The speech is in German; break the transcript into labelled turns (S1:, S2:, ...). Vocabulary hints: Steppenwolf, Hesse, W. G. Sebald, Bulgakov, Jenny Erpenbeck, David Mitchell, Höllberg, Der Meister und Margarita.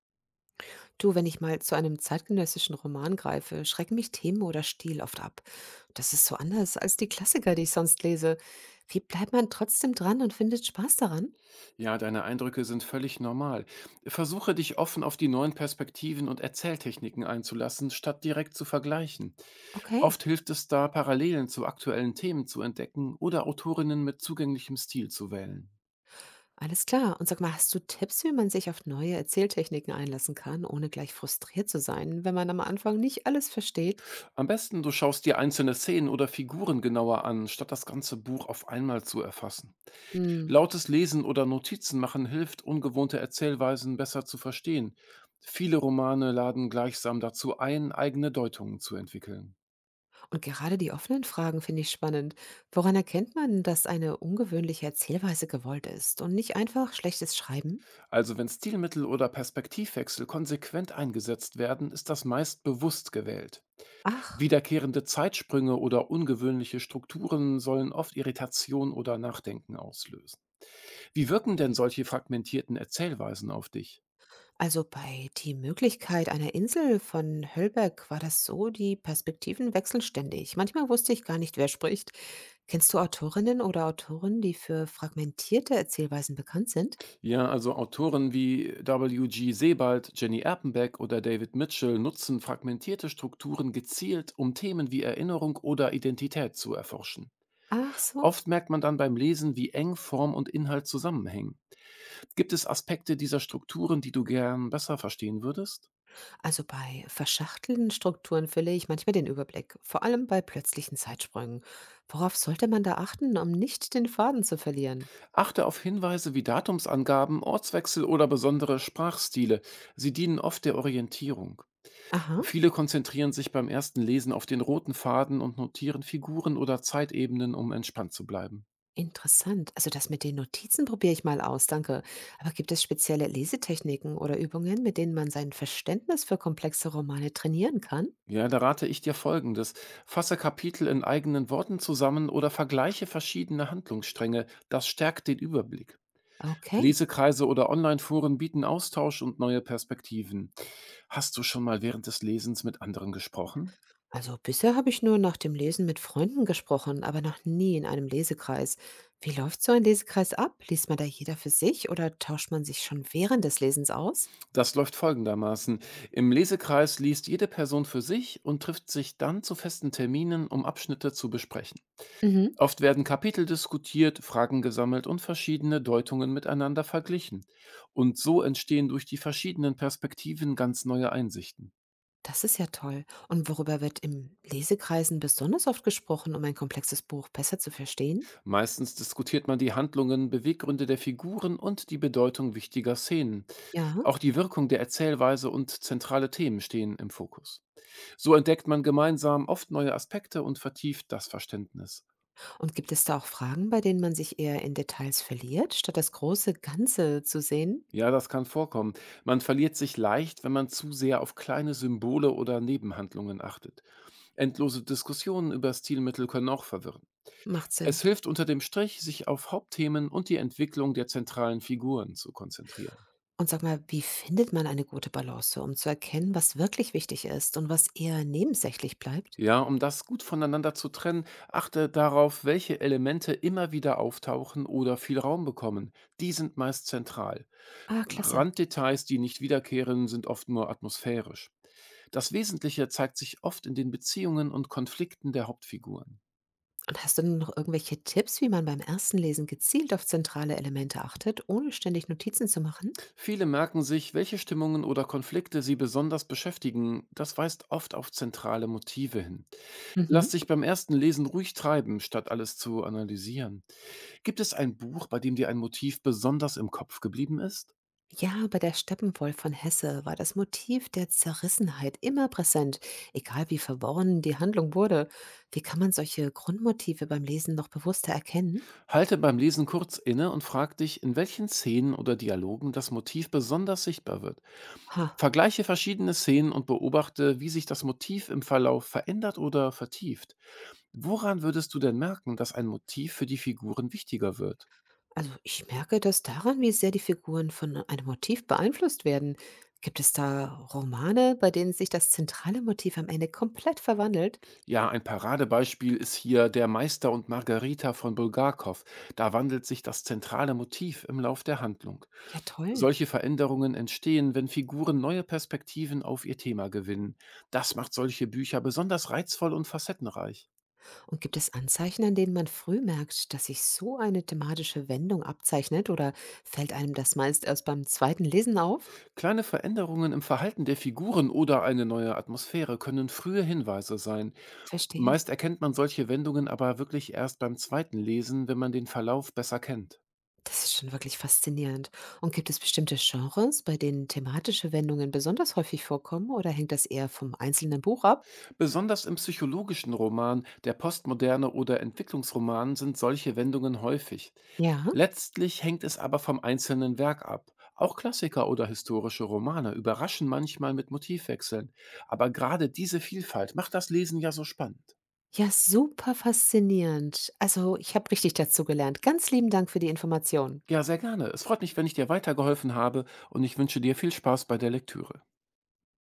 S1: Du, wenn ich mal zu einem zeitgenössischen Roman greife, schrecken mich Themen oder Stil oft ab. Das ist so anders als die Klassiker, die ich sonst lese. Wie bleibt man trotzdem dran und findet Spaß daran?
S2: Ja, deine Eindrücke sind völlig normal. Versuche dich offen auf die neuen Perspektiven und Erzähltechniken einzulassen, statt direkt zu vergleichen.
S1: Okay,
S2: Oft hilft es da, Parallelen zu aktuellen Themen zu entdecken oder Autorinnen mit zugänglichem Stil zu wählen.
S1: alles klar. Und sag mal, hast du Tipps, wie man sich auf neue Erzähltechniken einlassen kann, ohne gleich frustriert zu sein, wenn man am Anfang nicht alles versteht?
S2: Am besten, du schaust dir einzelne Szenen oder Figuren genauer an, statt das ganze Buch auf einmal zu erfassen.
S1: Hm.
S2: Lautes Lesen oder Notizen machen hilft, ungewohnte Erzählweisen besser zu verstehen. Viele Romane laden gleichsam dazu ein, eigene Deutungen zu entwickeln.
S1: Und gerade die offenen Fragen finde ich spannend. Woran erkennt man, dass eine ungewöhnliche Erzählweise gewollt ist und nicht einfach schlechtes Schreiben?
S2: Also wenn Stilmittel oder Perspektivwechsel konsequent eingesetzt werden, ist das meist bewusst gewählt.
S1: Ach.
S2: Wiederkehrende Zeitsprünge oder ungewöhnliche Strukturen sollen oft Irritation oder Nachdenken auslösen. Wie wirken denn solche fragmentierten Erzählweisen auf dich?
S1: Also bei die Möglichkeit einer Insel von Höllberg war das so, die Perspektiven wechseln ständig. Manchmal wusste ich gar nicht, wer spricht. Kennst du Autorinnen oder Autoren, die für fragmentierte Erzählweisen bekannt sind?
S2: Ja, also Autoren wie W. G. Sebald, Jenny Erpenbeck oder David Mitchell nutzen fragmentierte Strukturen gezielt, um Themen wie Erinnerung oder Identität zu erforschen.
S1: Ach so.
S2: Oft merkt man dann beim Lesen, wie eng Form und Inhalt zusammenhängen. Gibt es Aspekte dieser Strukturen, die du gern besser verstehen würdest?
S1: Also bei verschachtelten Strukturen verliere ich manchmal den Überblick, vor allem bei plötzlichen Zeitsprüngen. Worauf sollte man da achten, um nicht den Faden zu verlieren?
S2: Achte auf Hinweise wie Datumsangaben, Ortswechsel oder besondere Sprachstile. Sie dienen oft der Orientierung.
S1: Aha.
S2: Viele konzentrieren sich beim ersten Lesen auf den roten Faden und notieren Figuren oder Zeitebenen, um entspannt zu bleiben.
S1: Interessant. Also das mit den Notizen probiere ich mal aus, danke. Aber gibt es spezielle Lesetechniken oder Übungen, mit denen man sein Verständnis für komplexe Romane trainieren kann?
S2: Ja, da rate ich dir Folgendes. Fasse Kapitel in eigenen Worten zusammen oder vergleiche verschiedene Handlungsstränge. Das stärkt den Überblick.
S1: Okay.
S2: Lesekreise oder Online-Foren bieten Austausch und neue Perspektiven. Hast du schon mal während des Lesens mit anderen gesprochen?
S1: Also bisher habe ich nur nach dem Lesen mit Freunden gesprochen, aber noch nie in einem Lesekreis. Wie läuft so ein Lesekreis ab? Liest man da jeder für sich oder tauscht man sich schon während des Lesens aus?
S2: Das läuft folgendermaßen. Im Lesekreis liest jede Person für sich und trifft sich dann zu festen Terminen, um Abschnitte zu besprechen.
S1: Mhm.
S2: Oft werden Kapitel diskutiert, Fragen gesammelt und verschiedene Deutungen miteinander verglichen. Und so entstehen durch die verschiedenen Perspektiven ganz neue Einsichten.
S1: Das ist ja toll. Und worüber wird im Lesekreisen besonders oft gesprochen, um ein komplexes Buch besser zu verstehen?
S2: Meistens diskutiert man die Handlungen, Beweggründe der Figuren und die Bedeutung wichtiger Szenen.
S1: Ja.
S2: Auch die Wirkung der Erzählweise und zentrale Themen stehen im Fokus. So entdeckt man gemeinsam oft neue Aspekte und vertieft das Verständnis.
S1: Und gibt es da auch Fragen, bei denen man sich eher in Details verliert, statt das große Ganze zu sehen?
S2: Ja, das kann vorkommen. Man verliert sich leicht, wenn man zu sehr auf kleine Symbole oder Nebenhandlungen achtet. Endlose Diskussionen über Stilmittel können auch verwirren.
S1: Macht Sinn.
S2: Es hilft unter dem Strich, sich auf Hauptthemen und die Entwicklung der zentralen Figuren zu konzentrieren.
S1: Und sag mal, wie findet man eine gute Balance, um zu erkennen, was wirklich wichtig ist und was eher nebensächlich bleibt?
S2: Ja, um das gut voneinander zu trennen, achte darauf, welche Elemente immer wieder auftauchen oder viel Raum bekommen. Die sind meist zentral.
S1: Ah, klasse.
S2: Randdetails, die nicht wiederkehren, sind oft nur atmosphärisch. Das Wesentliche zeigt sich oft in den Beziehungen und Konflikten der Hauptfiguren.
S1: Und hast du denn noch irgendwelche Tipps, wie man beim ersten Lesen gezielt auf zentrale Elemente achtet, ohne ständig Notizen zu machen?
S2: Viele merken sich, welche Stimmungen oder Konflikte sie besonders beschäftigen. Das weist oft auf zentrale Motive hin.
S1: Mhm.
S2: Lass dich beim ersten Lesen ruhig treiben, statt alles zu analysieren. Gibt es ein Buch, bei dem dir ein Motiv besonders im Kopf geblieben ist?
S1: Ja, bei der Steppenwolf von Hesse war das Motiv der Zerrissenheit immer präsent, egal wie verworren die Handlung wurde. Wie kann man solche Grundmotive beim Lesen noch bewusster erkennen?
S2: Halte beim Lesen kurz inne und frag dich, in welchen Szenen oder Dialogen das Motiv besonders sichtbar wird.
S1: Ha,
S2: Vergleiche verschiedene Szenen und beobachte, wie sich das Motiv im Verlauf verändert oder vertieft. Woran würdest du denn merken, dass ein Motiv für die Figuren wichtiger wird?
S1: also ich merke das daran, wie sehr die Figuren von einem Motiv beeinflusst werden. Gibt es da Romane, bei denen sich das zentrale Motiv am Ende komplett verwandelt?
S2: Ja, ein Paradebeispiel ist hier Der Meister und Margarita von Bulgakov. Da wandelt sich das zentrale Motiv im Lauf der Handlung.
S1: Ja, toll.
S2: Solche Veränderungen entstehen, wenn Figuren neue Perspektiven auf ihr Thema gewinnen. Das macht solche Bücher besonders reizvoll und facettenreich.
S1: Und gibt es Anzeichen, an denen man früh merkt, dass sich so eine thematische Wendung abzeichnet oder fällt einem das meist erst beim zweiten Lesen auf?
S2: Kleine Veränderungen im Verhalten der Figuren oder eine neue Atmosphäre können frühe Hinweise sein.
S1: Verstehe.
S2: Meist erkennt man solche Wendungen aber wirklich erst beim zweiten Lesen, wenn man den Verlauf besser kennt.
S1: Das ist schon wirklich faszinierend. Und gibt es bestimmte Genres, bei denen thematische Wendungen besonders häufig vorkommen oder hängt das eher vom einzelnen Buch ab?
S2: Besonders im psychologischen Roman, der Postmoderne oder Entwicklungsroman sind solche Wendungen häufig.
S1: Ja.
S2: Letztlich hängt es aber vom einzelnen Werk ab. Auch Klassiker oder historische Romane überraschen manchmal mit Motivwechseln. Aber gerade diese Vielfalt macht das Lesen ja so spannend.
S1: Ja, super faszinierend. Also, ich habe richtig dazu gelernt. Ganz lieben Dank für die Information.
S2: Ja, sehr gerne. Es freut mich, wenn ich dir weitergeholfen habe und ich wünsche dir viel Spaß bei der Lektüre.